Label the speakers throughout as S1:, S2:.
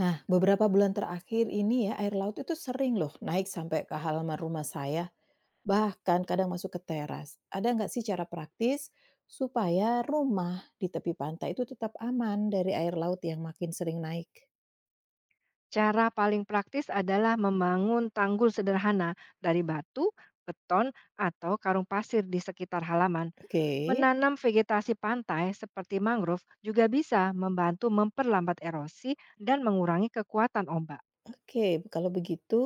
S1: Nah, beberapa bulan terakhir ini ya, air laut itu sering loh naik sampai ke halaman rumah saya, bahkan kadang masuk ke teras. Ada nggak sih cara praktis supaya rumah di tepi pantai itu tetap aman dari air laut yang makin sering naik?
S2: Cara paling praktis adalah membangun tanggul sederhana dari batu, beton, atau karung pasir di sekitar halaman.
S1: Oke,
S2: Menanam vegetasi pantai seperti mangrove juga bisa membantu memperlambat erosi dan mengurangi kekuatan ombak.
S1: oke. Kalau begitu,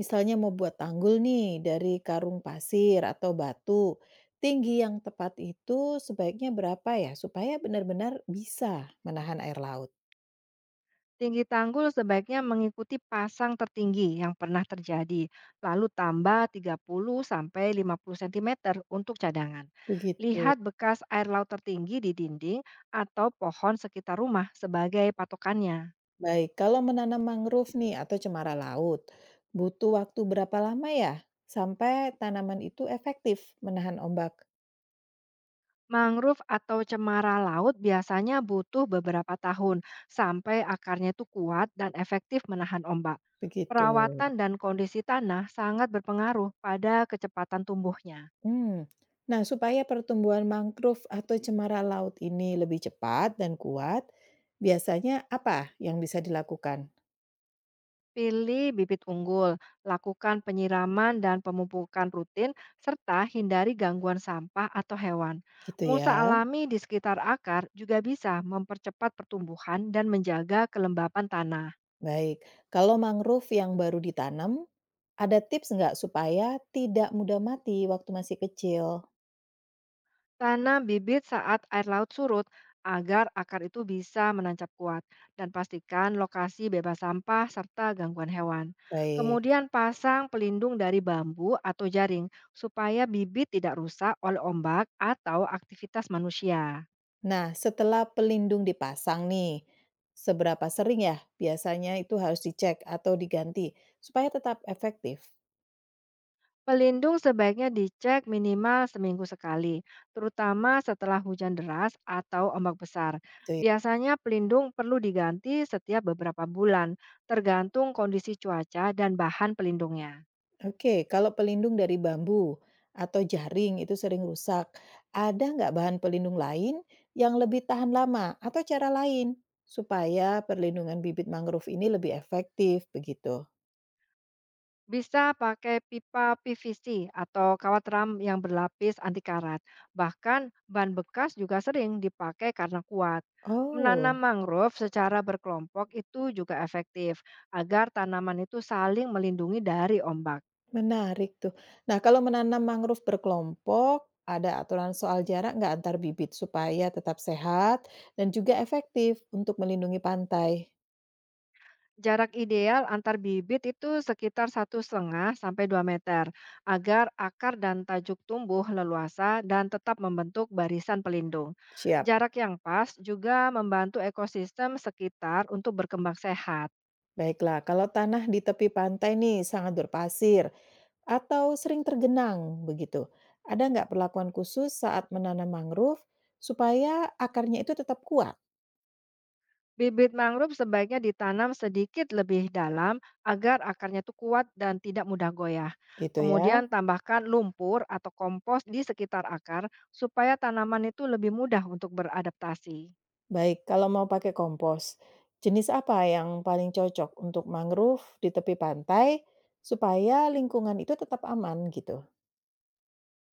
S1: misalnya mau buat tanggul nih dari karung pasir atau batu, tinggi yang tepat itu sebaiknya berapa ya supaya benar-benar bisa menahan air laut?
S2: Tinggi tanggul sebaiknya mengikuti pasang tertinggi yang pernah terjadi, lalu tambah 30 sampai 50 cm untuk cadangan.
S1: Begitu.
S2: Lihat bekas air laut tertinggi di dinding atau pohon sekitar rumah sebagai patokannya.
S1: Baik, kalau menanam mangrove nih atau cemara laut, butuh waktu berapa lama ya sampai tanaman itu efektif menahan ombak?
S2: Mangrove atau cemara laut biasanya butuh beberapa tahun sampai akarnya itu kuat dan efektif menahan ombak.
S1: Begitu.
S2: Perawatan dan kondisi tanah sangat berpengaruh pada kecepatan tumbuhnya.
S1: Hmm. Nah, supaya pertumbuhan mangrove atau cemara laut ini lebih cepat dan kuat, biasanya apa yang bisa dilakukan?
S2: Pilih bibit unggul, lakukan penyiraman dan pemupukan rutin, serta hindari gangguan sampah atau hewan.
S1: Gitu
S2: Mulsa
S1: ya.
S2: alami di sekitar akar juga bisa mempercepat pertumbuhan dan menjaga kelembapan tanah.
S1: Baik. Kalau mangrove yang baru ditanam, ada tips nggak supaya tidak mudah mati waktu masih kecil?
S2: Tanam bibit saat air laut surut agar akar itu bisa menancap kuat dan pastikan lokasi bebas sampah serta gangguan hewan.
S1: Baik.
S2: Kemudian pasang pelindung dari bambu atau jaring supaya bibit tidak rusak oleh ombak atau aktivitas manusia.
S1: Nah, setelah pelindung dipasang nih, seberapa sering ya biasanya itu harus dicek atau diganti supaya tetap efektif?
S2: Pelindung sebaiknya dicek minimal seminggu sekali, terutama setelah hujan deras atau ombak besar.
S1: Gitu ya.
S2: Biasanya pelindung perlu diganti setiap beberapa bulan, tergantung kondisi cuaca dan bahan pelindungnya.
S1: Oke, kalau pelindung dari bambu atau jaring itu sering rusak, ada nggak bahan pelindung lain yang lebih tahan lama atau cara lain supaya perlindungan bibit mangrove ini lebih efektif begitu?
S2: Bisa pakai pipa PVC atau kawat ram yang berlapis anti karat. Bahkan ban bekas juga sering dipakai karena kuat. Menanam
S1: Oh.
S2: mangrove secara berkelompok itu juga efektif agar tanaman itu saling melindungi dari ombak.
S1: Menarik tuh. Nah, kalau menanam mangrove berkelompok, ada aturan soal jarak nggak antar bibit supaya tetap sehat dan juga efektif untuk melindungi pantai.
S2: Jarak ideal antar bibit itu sekitar 1,5 sampai 2 meter agar akar dan tajuk tumbuh leluasa dan tetap membentuk barisan pelindung.
S1: Siap.
S2: Jarak yang pas juga membantu ekosistem sekitar untuk berkembang sehat.
S1: Baiklah, kalau tanah di tepi pantai nih sangat berpasir atau sering tergenang begitu, ada nggak perlakuan khusus saat menanam mangrove supaya akarnya itu tetap kuat
S2: Bibit mangrove sebaiknya ditanam sedikit lebih dalam agar akarnya itu kuat dan tidak mudah goyah.
S1: gitu ya?
S2: Kemudian tambahkan lumpur atau kompos di sekitar akar supaya tanaman itu lebih mudah untuk beradaptasi.
S1: Baik, kalau mau pakai kompos, jenis apa yang paling cocok untuk mangrove di tepi pantai supaya lingkungan itu tetap aman gitu?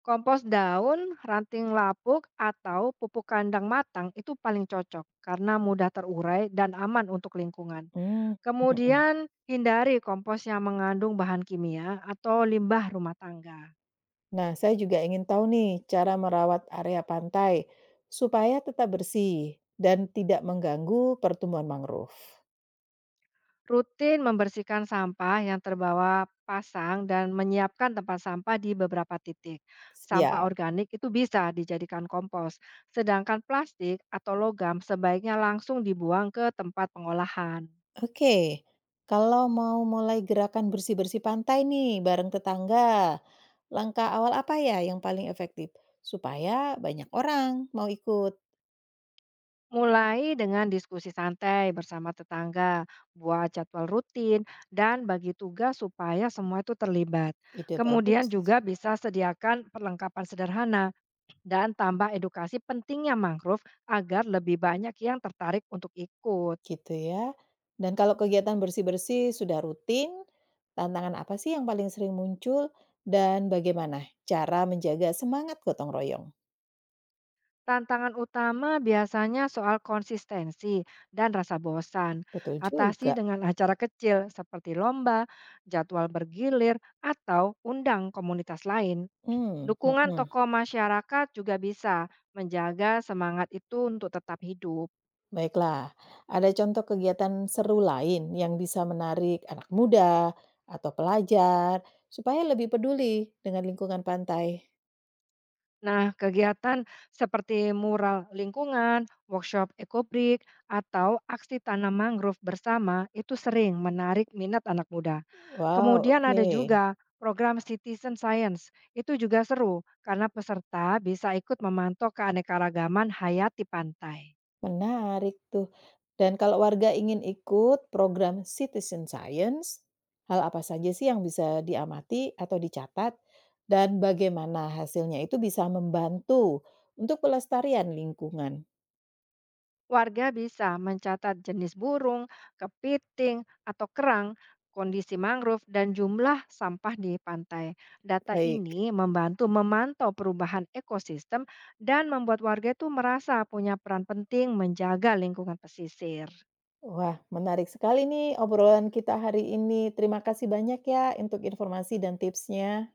S2: Kompos daun, ranting lapuk, atau pupuk kandang matang itu paling cocok karena mudah terurai dan aman untuk lingkungan.
S1: Hmm, mhm.
S2: Kemudian, hindari kompos yang mengandung bahan kimia atau limbah rumah tangga.
S1: Nah, saya juga ingin tahu nih cara merawat area pantai supaya tetap bersih dan tidak mengganggu pertumbuhan mangrove.
S2: Rutin membersihkan sampah yang terbawa pasang dan menyiapkan tempat sampah di beberapa titik. Sampah
S1: Siap.
S2: organik itu bisa dijadikan kompos, sedangkan plastik atau logam sebaiknya langsung dibuang ke tempat pengolahan.
S1: Oke. Kalau mau mulai gerakan bersih-bersih pantai nih bareng tetangga, langkah awal apa ya yang paling efektif supaya banyak orang mau ikut?
S2: Mulai dengan diskusi santai bersama tetangga, buat jadwal rutin, dan bagi tugas supaya semua itu terlibat.
S1: Ide bagus,
S2: Kemudian juga bisa sediakan perlengkapan sederhana dan tambah edukasi pentingnya mangrove agar lebih banyak yang tertarik untuk ikut.
S1: gitu ya. Dan kalau kegiatan bersih-bersih sudah rutin, tantangan apa sih yang paling sering muncul dan bagaimana cara menjaga semangat gotong royong?
S2: Tantangan utama biasanya soal konsistensi dan rasa bosan.
S1: Betul
S2: Atasi
S1: juga.
S2: dengan acara kecil seperti lomba, jadwal bergilir, atau undang komunitas lain. Dukungan
S1: Mhm.
S2: tokoh masyarakat juga bisa menjaga semangat itu untuk tetap hidup.
S1: Baiklah, ada contoh kegiatan seru lain yang bisa menarik anak muda atau pelajar supaya lebih peduli dengan lingkungan pantai?
S2: Nah, kegiatan seperti mural lingkungan, workshop ekobrik, atau aksi tanam mangrove bersama itu sering menarik minat anak muda.
S1: Wow,
S2: Kemudian ada
S1: oke.
S2: juga program Citizen Science. Itu juga seru karena peserta bisa ikut memantau keanekaragaman hayati pantai.
S1: Menarik tuh. Dan kalau warga ingin ikut program Citizen Science, hal apa saja sih yang bisa diamati atau dicatat? Dan bagaimana hasilnya itu bisa membantu untuk pelestarian lingkungan?
S2: Warga bisa mencatat jenis burung, kepiting, atau kerang, kondisi mangrove, dan jumlah sampah di pantai. Data ini
S1: Baik.
S2: membantu memantau perubahan ekosistem dan membuat warga itu merasa punya peran penting menjaga lingkungan pesisir.
S1: Wah, menarik sekali nih obrolan kita hari ini. Terima kasih banyak ya untuk informasi dan tipsnya.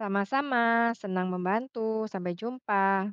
S2: Sama-sama, senang membantu. Sampai jumpa.